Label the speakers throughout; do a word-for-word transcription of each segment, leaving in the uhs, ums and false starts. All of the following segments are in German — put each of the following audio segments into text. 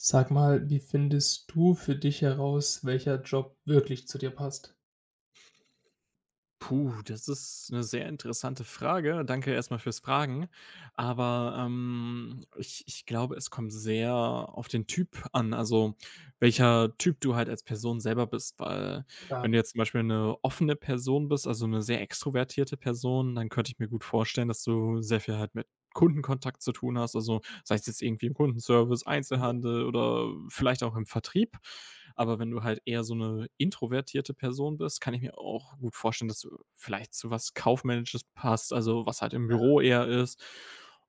Speaker 1: Sag mal, wie findest du für dich heraus, welcher Job wirklich zu dir passt?
Speaker 2: Puh, das ist eine sehr interessante Frage. Danke erstmal fürs Fragen. Aber, ähm, ich ich glaube, es kommt sehr auf den Typ an, also, welcher Typ du halt als Person selber bist, weil
Speaker 1: Klar.
Speaker 2: wenn du jetzt zum Beispiel eine offene Person bist, also, eine sehr extrovertierte Person, dann könnte ich mir gut vorstellen, dass du sehr viel halt mit Kundenkontakt zu tun hast, also, sei es jetzt irgendwie im Kundenservice, Einzelhandel oder vielleicht auch im Vertrieb. Aber wenn du halt eher so eine introvertierte Person bist, kann ich mir auch gut vorstellen, dass du vielleicht zu was Kaufmännisches passt, also was halt im Büro eher ist,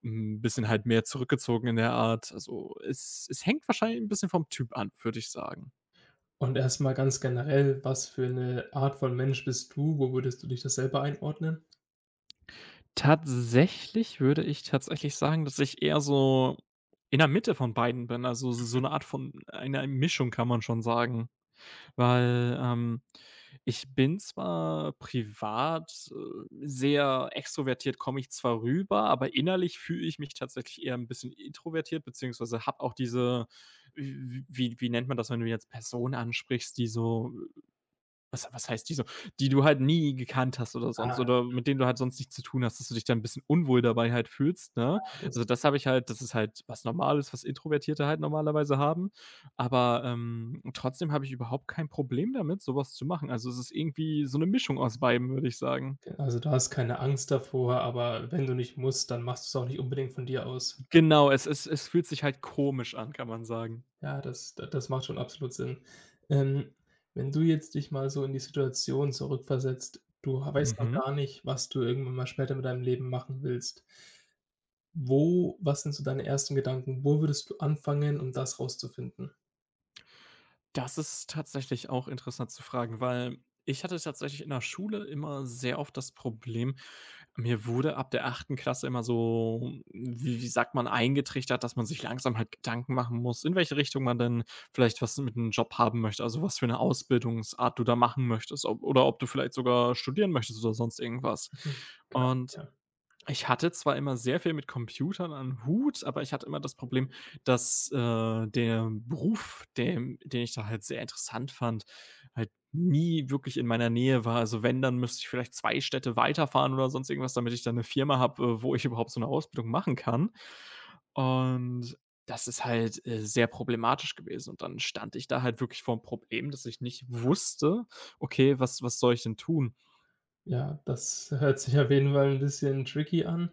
Speaker 2: ein bisschen halt mehr zurückgezogen in der Art. Also, es es hängt wahrscheinlich ein bisschen vom Typ an, würde ich sagen.
Speaker 1: Und erstmal ganz generell, was für eine Art von Mensch bist du? Wo würdest du dich das selber einordnen?
Speaker 2: Tatsächlich würde ich tatsächlich sagen, dass ich eher so in der Mitte von beiden bin, also so eine Art von einer Mischung kann man schon sagen. Weil, ähm, ich bin zwar privat, äh, sehr extrovertiert komme ich zwar rüber, aber innerlich fühle ich mich tatsächlich eher ein bisschen introvertiert, beziehungsweise habe auch diese w wie wie nennt man das, wenn du jetzt Personen ansprichst, die so was was heißt, die so? Die du halt nie gekannt hast oder sonst
Speaker 1: Ah,
Speaker 2: oder mit denen du halt sonst nichts zu tun hast, dass du dich dann ein bisschen unwohl dabei halt fühlst, ne?
Speaker 1: ja, das
Speaker 2: Also, das habe ich halt das ist halt was Normales, was Introvertierte halt normalerweise haben. Aber, ähm, trotzdem habe ich überhaupt kein Problem damit, sowas zu machen. Also, es ist irgendwie so eine Mischung aus beidem, würde ich sagen.
Speaker 1: okay. Also, du hast keine Angst davor, aber wenn du nicht musst, dann machst du es auch nicht unbedingt von dir aus.
Speaker 2: Genau, es es es fühlt sich halt komisch an, kann man sagen.
Speaker 1: Ja, das da das macht schon absolut Sinn. Ähm, Wenn du jetzt dich mal so in die Situation zurückversetzt, du weißt noch
Speaker 2: Mhm.
Speaker 1: gar nicht, was du irgendwann mal später mit deinem Leben machen willst. Wo Was sind so deine ersten Gedanken? Wo würdest du anfangen, um das rauszufinden?
Speaker 2: Das ist tatsächlich auch interessant zu fragen, weil ich hatte tatsächlich in der Schule immer sehr oft das Problem, mir wurde ab der achten Klasse immer so, wie wie sagt man, eingetrichtert, dass man sich langsam halt Gedanken machen muss, in welche Richtung man denn vielleicht was mit einem Job haben möchte, also was für eine Ausbildungsart du da machen möchtest, ob oder ob du vielleicht sogar studieren möchtest oder sonst irgendwas.
Speaker 1: Mhm, klar,
Speaker 2: Und
Speaker 1: ja.
Speaker 2: ich hatte zwar immer sehr viel mit Computern am Hut, aber ich hatte immer das Problem, dass, äh, der Beruf, den den ich da halt sehr interessant fand, halt nie wirklich in meiner Nähe war. Also, wenn, dann müsste ich vielleicht zwei Städte weiterfahren oder sonst irgendwas, damit ich dann eine Firma habe, äh, wo ich überhaupt so eine Ausbildung machen kann. Und das ist halt, äh, sehr problematisch gewesen. Und dann stand ich da halt wirklich vor vorm Problem, dass ich nicht wusste: „Okay, was was soll ich denn tun?"
Speaker 1: Ja, das hört sich auf jeden Fall 'n bisschen tricky an.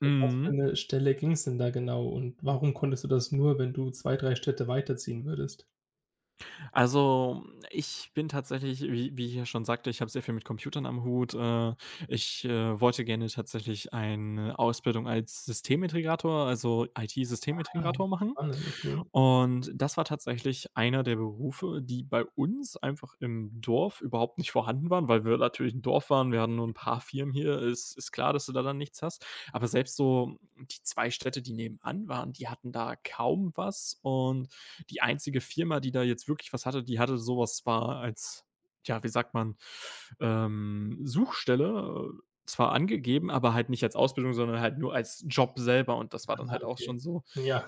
Speaker 1: Um was für
Speaker 2: Mhm.
Speaker 1: 'ne Stelle ging's denn da genau und warum konntest du das nur, wenn du zwei, drei Städte weiterziehen würdest?
Speaker 2: Also, ich bin tatsächlich, wie wie ich ja schon sagte, ich habe sehr viel mit Computern am Hut. Äh, ich, äh, wollte gerne tatsächlich eine Ausbildung als Systemintegrator, also
Speaker 1: Ah,
Speaker 2: I T-Systemintegrator machen.
Speaker 1: spannend, okay.
Speaker 2: Und das war tatsächlich einer der Berufe, die bei uns einfach im Dorf überhaupt nicht vorhanden waren, weil wir natürlich ein Dorf waren. Wir hatten nur ein paar Firmen hier. Ist ist klar, dass du da dann nichts hast. Aber selbst so die zwei Städte, die nebenan waren, die hatten da kaum was und die einzige Firma, die da jetzt wirklich was hatte, die hatte sowas zwar als, ja, wie sagt man, ähm, Suchstelle, äh, zwar angegeben, aber halt nicht als Ausbildung, sondern halt nur als Job selber und das war dann
Speaker 1: Ah,
Speaker 2: halt auch
Speaker 1: okay.
Speaker 2: schon so
Speaker 1: Ja.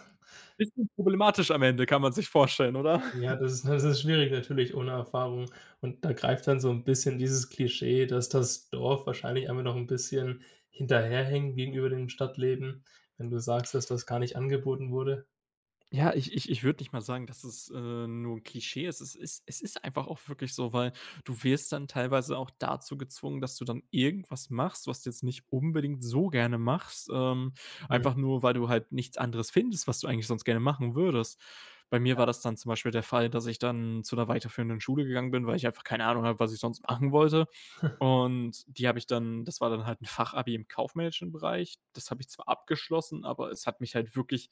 Speaker 2: bisschen problematisch am Ende, kann man sich vorstellen, oder?
Speaker 1: Ja, das ist das ist schwierig natürlich ohne Erfahrung. Und da greift dann so ein bisschen dieses Klischee, dass das Dorf wahrscheinlich einfach noch ein bisschen hinterherhängt gegenüber dem Stadtleben, wenn du sagst, dass das gar nicht angeboten wurde.
Speaker 2: Ja, ich ich ich würde nicht mal sagen, dass es, äh, nur 'n Klischee ist. Es ist es ist einfach auch wirklich so, weil du wirst dann teilweise auch dazu gezwungen, dass du dann irgendwas machst, was du jetzt nicht unbedingt so gerne machst, ähm,
Speaker 1: Mhm.
Speaker 2: einfach nur, weil du halt nichts anderes findest, was du eigentlich sonst gerne machen würdest. Bei mir war das dann zum Beispiel der Fall, dass ich dann zu einer weiterführenden Schule gegangen bin, weil ich einfach keine Ahnung habe, was ich sonst machen wollte. Und die habe ich dann das war dann halt ein Fachabi im kaufmännischen Bereich. Das habe ich zwar abgeschlossen, aber es hat mich halt wirklich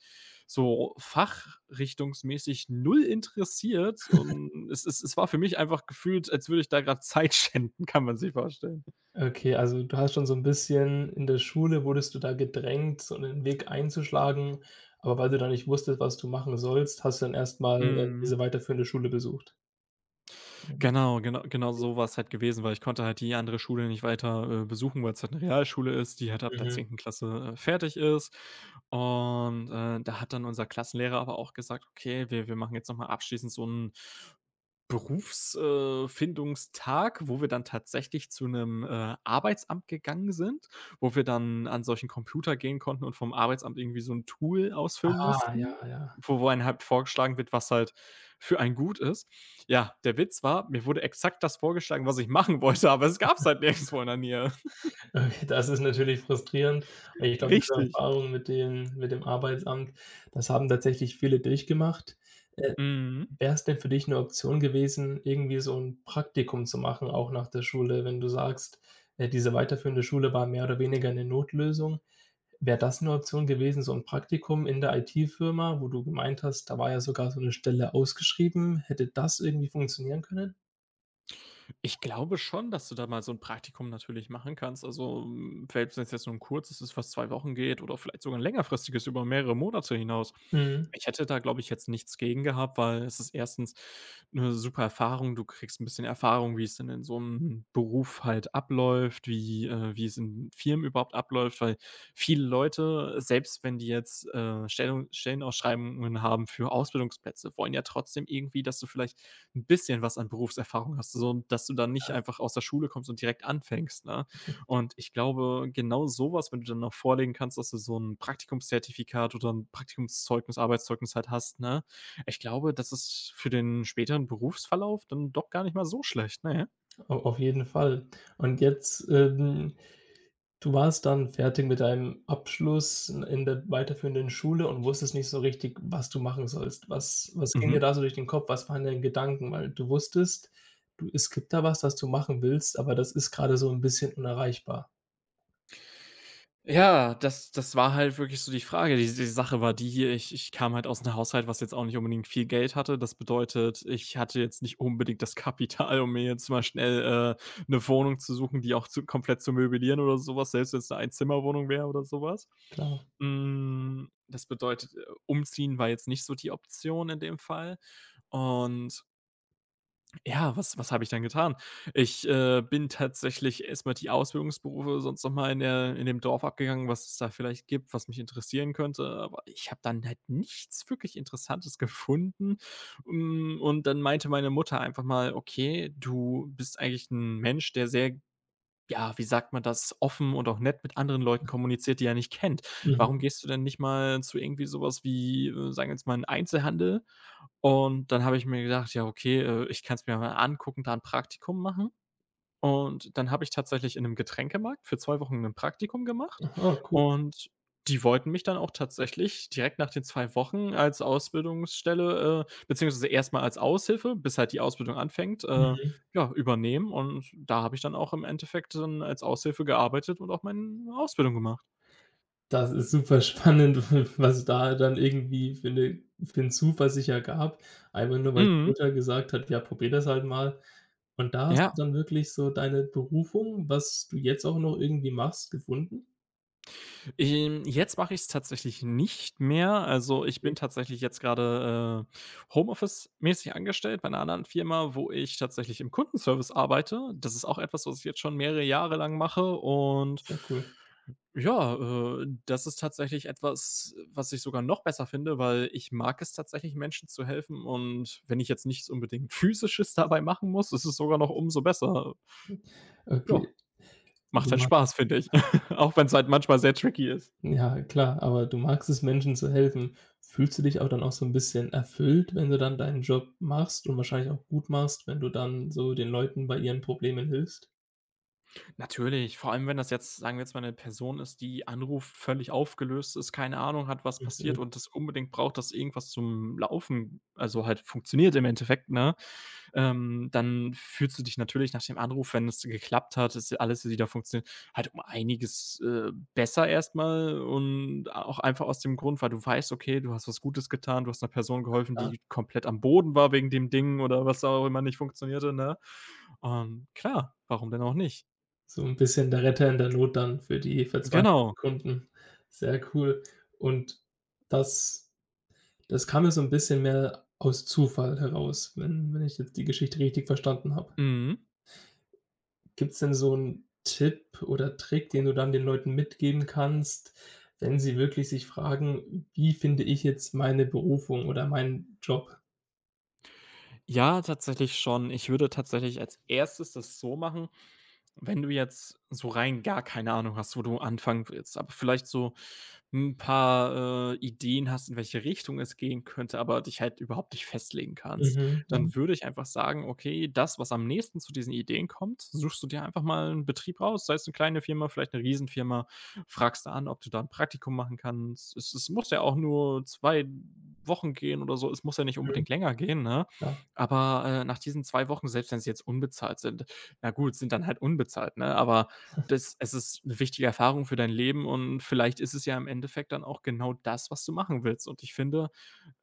Speaker 2: so fachrichtungsmäßig null interessiert und es es es war für mich einfach gefühlt, als würde ich da gerade Zeit schänden, kann man sich vorstellen.
Speaker 1: Okay, also du hast schon so ein bisschen in der Schule wurdest du da gedrängt, so einen Weg einzuschlagen, aber weil du da nicht wusstest, was du machen sollst, hast du dann erst mal, äh,
Speaker 2: Mhm.
Speaker 1: diese weiterführende Schule besucht? Mhm.
Speaker 2: Genau, genau genau so war's halt gewesen, weil ich konnte halt die andere Schule nicht weiter, äh, besuchen, weil es halt eine Realschule ist, die halt ab der
Speaker 1: Mhm.
Speaker 2: zehnten Klasse, äh, fertig ist. Und, äh, da hat dann unser Klassenlehrer aber auch gesagt: „Okay, wir wir machen jetzt noch mal abschließend so 'n Berufsfindungstag, wo wir dann tatsächlich zu einem äh, Arbeitsamt gegangen sind, wo wir dann an solchen Computer gehen konnten und vom Arbeitsamt irgendwie so 'n Tool ausfüllen
Speaker 1: Ah, ja,
Speaker 2: mussten,
Speaker 1: ja.
Speaker 2: wo wo einem halt vorgeschlagen wird, was halt für einen gut ist. Ja, der Witz war, mir wurde exakt das vorgeschlagen, was ich machen wollte, aber es gab's halt nirgendswo in der Nähe."
Speaker 1: Okay, das ist natürlich frustrierend. Und ich glaube, diese
Speaker 2: Richtig.
Speaker 1: Erfahrung mit dem mit dem Arbeitsamt, das haben tatsächlich viele durchgemacht. Äh,
Speaker 2: Mhm.
Speaker 1: Wär's denn für dich 'ne Option gewesen, irgendwie so 'n Praktikum zu machen, auch nach der Schule, wenn du sagst, äh, diese weiterführende Schule war mehr oder weniger 'ne Notlösung. Wäre das 'ne Option gewesen, so 'n Praktikum in der I T-Firma, wo du gemeint hast, da war ja sogar so 'ne Stelle ausgeschrieben. Hätte das irgendwie funktionieren können?
Speaker 2: Ich glaube schon, dass du da mal so 'n Praktikum natürlich machen kannst. Also, hm, selbst wenn's jetzt nur 'n kurzes ist, was zwei Wochen geht oder vielleicht sogar 'n längerfristiges über mehrere Monate hinaus.
Speaker 1: Mhm.
Speaker 2: Ich hätte da, glaube ich, jetzt nichts gegen gehabt, weil es ist erstens 'ne super Erfahrung. Du kriegst 'n bisschen Erfahrung, wie es denn in so 'nem Beruf halt abläuft, wie äh, wie es in Firmen überhaupt abläuft, weil viele Leute, selbst wenn die jetzt, äh, Stellung Stellenausschreibungen haben für Ausbildungsplätze, wollen ja trotzdem irgendwie, dass du vielleicht ein bisschen was an Berufserfahrung hast, so dass du dann nicht einfach aus der Schule kommst und direkt anfängst, ne? Und ich glaube, genau sowas, wenn du dann noch vorlegen kannst, dass du so ein Praktikumszertifikat oder ein Praktikumszeugnis, Arbeitszeugnis halt hast, ne? Ich glaube, das ist für den späteren Berufsverlauf dann doch gar nicht mal so schlecht, ne?
Speaker 1: Au auf jeden Fall. Und jetzt, ähm, du warst dann fertig mit deinem Abschluss in in der weiterführenden Schule und wusstest nicht so richtig, was du machen sollst. Was was ging
Speaker 2: Mhm.
Speaker 1: dir da so durch den Kopf? Was waren deine Gedanken? Weil du wusstest, du es gibt da was, das du machen willst, aber das ist gerade so ein bisschen unerreichbar.
Speaker 2: Ja, das das war halt wirklich so die Frage. Die die Sache war die hier, ich ich kam halt aus 'nem Haushalt, was jetzt auch nicht unbedingt viel Geld hatte. Das bedeutet, ich hatte jetzt nicht unbedingt das Kapital, um mir jetzt mal schnell, äh, 'ne Wohnung zu suchen, die auch zu komplett zu möblieren oder sowas was, selbst wenn's eine Einzimmerwohnung wäre oder sowas, was.
Speaker 1: Klar.
Speaker 2: Hm, das bedeutet, äh, umziehen war jetzt nicht so die Option in dem Fall und ja, was was habe ich dann getan? Ich, äh, bin tatsächlich erstmal die Ausbildungsberufe sonst noch mal in der in dem Dorf abgegangen, was es da vielleicht gibt, was mich interessieren könnte, aber ich habe dann halt nichts wirklich Interessantes gefunden. Hm, und dann meinte meine Mutter einfach mal: „Okay, du bist eigentlich ein Mensch, der sehr, ja, wie sagt man das, offen und auch nett mit anderen Leuten kommuniziert, die er nicht kennt. Warum
Speaker 1: Mhm.
Speaker 2: gehst du denn nicht mal zu irgendwie sowas wie, äh, sagen wir jetzt mal 'n Einzelhandel?" Und dann habe ich mir gedacht: „Ja, okay, äh, ich kann es mir mal angucken, da 'n Praktikum machen." Und dann habe ich tatsächlich in einem Getränkemarkt für zwei Wochen ein Praktikum gemacht
Speaker 1: Aha, cool.
Speaker 2: und die wollten mich dann auch tatsächlich direkt nach den zwei Wochen als Ausbildungsstelle, äh, beziehungsweise erstmal als Aushilfe, bis halt die Ausbildung anfängt, äh,
Speaker 1: Mhm.
Speaker 2: ja, übernehmen, und da habe ich dann auch im Endeffekt dann als Aushilfe gearbeitet und auch meine Ausbildung gemacht.
Speaker 1: Das ist super spannend, was da dann irgendwie für 'ne für 'n Zufall sich ergab. Einfach nur, weil die
Speaker 2: Mhm.
Speaker 1: Mutter gesagt hat: „Ja, probier das halt mal.“ Und da hast du
Speaker 2: Ja.
Speaker 1: dann wirklich so deine Berufung, was du jetzt auch noch irgendwie machst, gefunden?
Speaker 2: Ähm, jetzt mache ich es tatsächlich nicht mehr. Also, ich bin
Speaker 1: Okay,
Speaker 2: tatsächlich jetzt gerade äh, Homeoffice-mäßig angestellt bei einer anderen Firma, wo ich tatsächlich im Kundenservice arbeite. Das ist auch etwas, was ich jetzt schon mehrere Jahre lang mache und
Speaker 1: sehr cool.
Speaker 2: ja, äh, das ist tatsächlich etwas, was ich sogar noch besser finde, weil ich mag es tatsächlich, Menschen zu helfen, und wenn ich jetzt nichts unbedingt Physisches dabei machen muss, ist es sogar noch umso besser.
Speaker 1: Okay,
Speaker 2: Ja, macht
Speaker 1: du
Speaker 2: halt
Speaker 1: mag
Speaker 2: Spaß, finde ich, auch wenn es halt manchmal sehr tricky ist.
Speaker 1: ja klar, aber du magst es, Menschen zu helfen. Fühlst du dich auch dann auch so ein bisschen erfüllt, wenn du dann deinen Job machst und wahrscheinlich auch gut machst, wenn du dann so den Leuten bei ihren Problemen hilfst?
Speaker 2: Natürlich, vor allem, wenn das jetzt, sagen wir jetzt mal, eine Person ist, die anruft, völlig aufgelöst ist, keine Ahnung hat, was passiert
Speaker 1: Mhm.
Speaker 2: und das unbedingt braucht, dass irgendwas zum Laufen, also halt funktioniert im Endeffekt, ne? Ähm, dann fühlst du dich natürlich nach dem Anruf, wenn es geklappt hat, dass alles wieder funktioniert, halt um einiges, äh, besser erstmal, und auch einfach aus dem Grund, weil du weißt, okay, du hast was Gutes getan, du hast einer Person geholfen, die komplett am Boden war wegen dem Ding oder was auch immer nicht funktionierte, ne? Ähm, klar, warum denn auch nicht?
Speaker 1: So 'n bisschen der Retter in der Not dann für die verzweifelten
Speaker 2: Genau.
Speaker 1: Kunden. Sehr cool. Und das das kam ja so 'n bisschen mehr aus Zufall heraus, wenn wenn ich jetzt die Geschichte richtig verstanden habe.
Speaker 2: Mhm.
Speaker 1: Gibt's denn so 'n Tipp oder Trick, den du dann den Leuten mitgeben kannst, wenn sie wirklich sich fragen: „Wie finde ich jetzt meine Berufung oder meinen Job?“
Speaker 2: Ja, tatsächlich schon. Ich würde tatsächlich als erstes das so machen, wenn du jetzt so rein gar keine Ahnung hast, wo du anfangen willst, aber vielleicht so ein paar, äh, Ideen hast, in welche Richtung es gehen könnte, aber dich halt überhaupt nicht festlegen kannst,
Speaker 1: Mhm, ja, mhm,
Speaker 2: dann würde ich einfach sagen: „Okay, das, was am nächsten zu diesen Ideen kommt, suchst du dir einfach mal einen Betrieb raus, sei es eine kleine Firma, vielleicht eine Riesenfirma, fragst da an, ob du da ein Praktikum machen kannst.“ Es es muss ja auch nur zwei Wochen gehen oder so. Es muss ja nicht unbedingt länger gehen, ne?
Speaker 1: klar.
Speaker 2: Aber, äh, nach diesen zwei Wochen, selbst wenn sie jetzt unbezahlt sind, na gut, sind dann halt unbezahlt, ne? Aber das es ist eine wichtige Erfahrung für dein Leben und vielleicht ist es ja im Endeffekt dann auch genau das, was du machen willst. Und ich finde,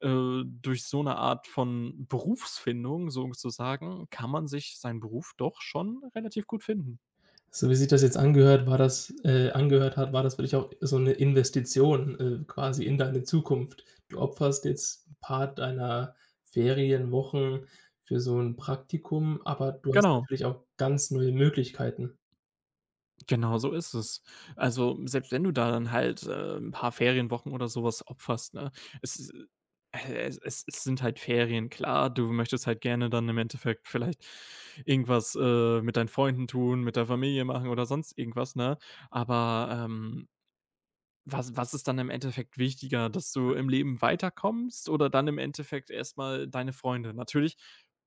Speaker 2: äh, durch so eine Art von Berufsfindung sozusagen, kann man sich seinen Beruf doch schon relativ gut finden.
Speaker 1: So wie sich das jetzt angehört, war das äh, angehört hat, war das wirklich auch so eine Investition, äh, quasi in deine Zukunft. Du opferst jetzt ein paar deiner Ferienwochen für so ein Praktikum, aber du hast
Speaker 2: Genau.
Speaker 1: natürlich auch ganz neue Möglichkeiten.
Speaker 2: Genau so ist es. Also, selbst wenn du da dann halt, äh, 'n paar Ferienwochen oder sowas opferst, ne? Es ist, äh, es es es sind halt Ferien, klar, du möchtest halt gerne dann im Endeffekt vielleicht irgendwas, äh, mit deinen Freunden tun, mit der Familie machen oder sonst irgendwas, ne? Aber, ähm, was was ist dann im Endeffekt wichtiger, dass du im Leben weiterkommst oder dann im Endeffekt erstmal deine Freunde? Natürlich,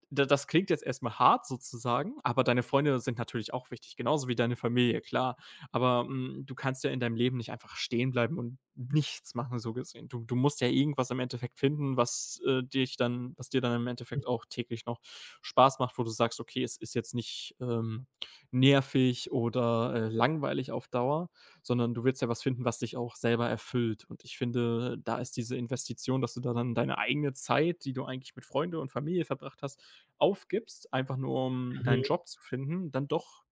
Speaker 2: da das klingt jetzt erstmal hart sozusagen, aber deine Freunde sind natürlich auch wichtig, genauso wie deine Familie, klar. Aber, hm, du kannst ja in deinem Leben nicht einfach stehen bleiben und nichts machen, so gesehen. Du du musst ja irgendwas im Endeffekt finden, was, äh, dich dann was dir dann im Endeffekt auch täglich noch Spaß macht, wo du sagst: „Okay, es ist jetzt nicht, ähm, nervig oder, äh, langweilig auf Dauer.“ Sondern du willst ja was finden, was dich auch selber erfüllt. Und ich finde, da ist diese Investition, dass du da dann deine eigene Zeit, die du eigentlich mit Freunde und Familie verbracht hast, aufgibst, einfach nur um deinen Job zu finden, dann doch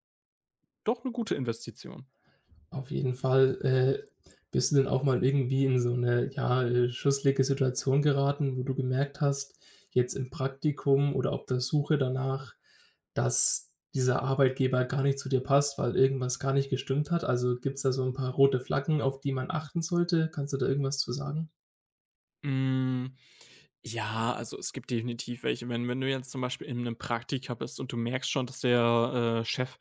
Speaker 2: doch eine gute Investition.
Speaker 1: Auf jeden Fall. Äh, bist du denn auch mal irgendwie in so eine ja, äh, schusselige Situation geraten, wo du gemerkt hast, jetzt im Praktikum oder auf der Suche danach, dass dieser Arbeitgeber gar nicht zu dir passt, weil irgendwas gar nicht gestimmt hat? Also, gibt es da so ein paar rote Flaggen, auf die man achten sollte? Kannst du da irgendwas zu sagen?
Speaker 2: Hm, ja, also es gibt definitiv welche. Wenn wenn du jetzt zum Beispiel in einem Praktika bist und du merkst schon, dass der, äh, Chef,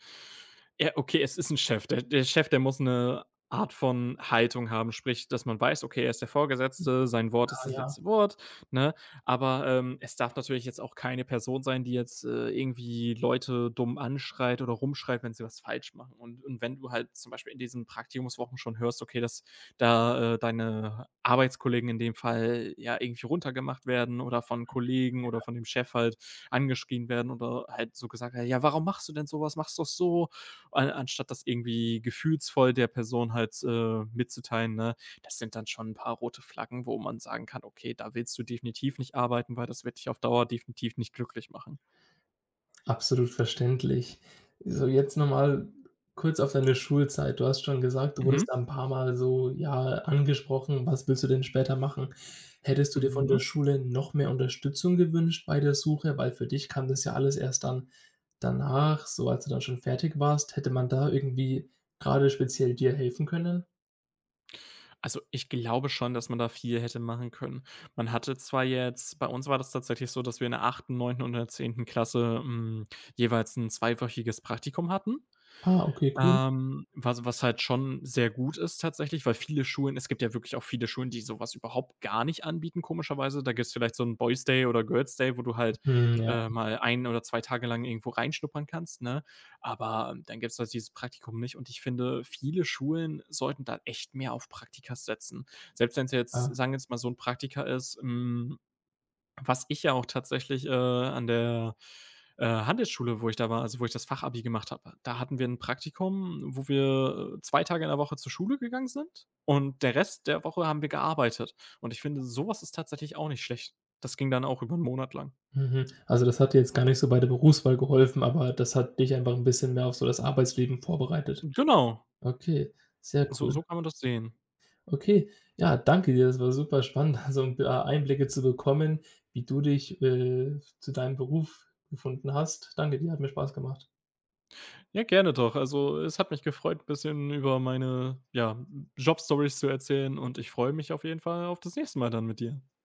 Speaker 2: ja, okay, es ist ein Chef. Der der Chef, der muss eine Art von Haltung haben, sprich, dass man weiß, okay, er ist der Vorgesetzte, sein Wort ist
Speaker 1: Ah
Speaker 2: das
Speaker 1: ja.
Speaker 2: letzte Wort, ne? Aber, ähm, es darf natürlich jetzt auch keine Person sein, die jetzt, äh, irgendwie Leute dumm anschreit oder rumschreit, wenn sie was falsch machen. Und und wenn du halt zum Beispiel in diesen Praktikumswochen schon hörst, okay, das, da, äh, deine Arbeitskollegen in dem Fall ja irgendwie runtergemacht werden oder von Kollegen oder von dem Chef halt angeschrien werden oder halt so gesagt: „Ja, warum machst du denn so was? Mach's doch so!“ An Anstatt das irgendwie gefühlsvoll der Person halt, äh, mitzuteilen, ne? Das sind dann schon ein paar rote Flaggen, wo man sagen kann: „Okay, da willst du definitiv nicht arbeiten, weil das wird dich auf Dauer definitiv nicht glücklich machen.“
Speaker 1: Absolut verständlich. So, jetzt nochmal kurz auf deine Schulzeit. Du hast schon gesagt, du
Speaker 2: Mhm.
Speaker 1: wurdest da ein paar Mal so, ja, angesprochen: „Was willst du denn später machen?“ Hättest du dir von der
Speaker 2: Mhm.
Speaker 1: Schule noch mehr Unterstützung gewünscht bei der Suche? Weil für dich kam das ja alles erst dann danach, so als du dann schon fertig warst. Hätte man da irgendwie gerade speziell dir helfen können?
Speaker 2: Also, ich glaube schon, dass man da viel hätte machen können. Man hatte zwar jetzt Bei uns war das tatsächlich so, dass wir in der achten, neunten und in der zehnten. Klasse, hm, jeweils ein zweiwöchiges Praktikum hatten.
Speaker 1: Ah, okay, cool.
Speaker 2: Ähm, was was halt schon sehr gut ist tatsächlich, weil viele Schulen, es gibt ja wirklich auch viele Schulen, die sowas überhaupt gar nicht anbieten, komischerweise. Da gibt's vielleicht so einen Boys Day oder Girls Day, wo du halt,
Speaker 1: Mhm, ja,
Speaker 2: äh, mal ein oder zwei Tage lang irgendwo reinschnuppern kannst, ne? Aber ähm, dann gibt's halt dieses Praktikum nicht und ich finde, viele Schulen sollten da echt mehr auf Praktika setzen. Selbst wenn's jetzt,
Speaker 1: klar.
Speaker 2: sagen wir jetzt mal so ein Praktika ist, hm was ich ja auch tatsächlich, äh, an der, äh, Handelsschule, wo ich da war, also, wo ich das Fachabi gemacht habe, da hatten wir ein Praktikum, wo wir, äh, zwei Tage in der Woche zur Schule gegangen sind und der Rest der Woche haben wir gearbeitet. Und ich finde, sowas ist tatsächlich auch nicht schlecht. Das ging dann auch über einen Monat lang.
Speaker 1: Mhm. Also, das hat dir jetzt gar nicht so bei der Berufswahl geholfen, aber das hat dich einfach ein bisschen mehr auf so das Arbeitsleben vorbereitet.
Speaker 2: Genau,
Speaker 1: Okay, sehr
Speaker 2: so
Speaker 1: cool.
Speaker 2: so kann man das sehen.
Speaker 1: Okay, ja, danke dir. Das war super spannend, da so 'n paar Einblicke zu bekommen, wie du dich, äh, zu deinem Beruf gefunden hast. Danke dir, hat mir Spaß gemacht.
Speaker 2: Ja, gerne doch. Also, es hat mich gefreut, ein bisschen über meine, ja, stories zu erzählen und ich freue mich auf jeden Fall auf das nächste Mal dann mit dir.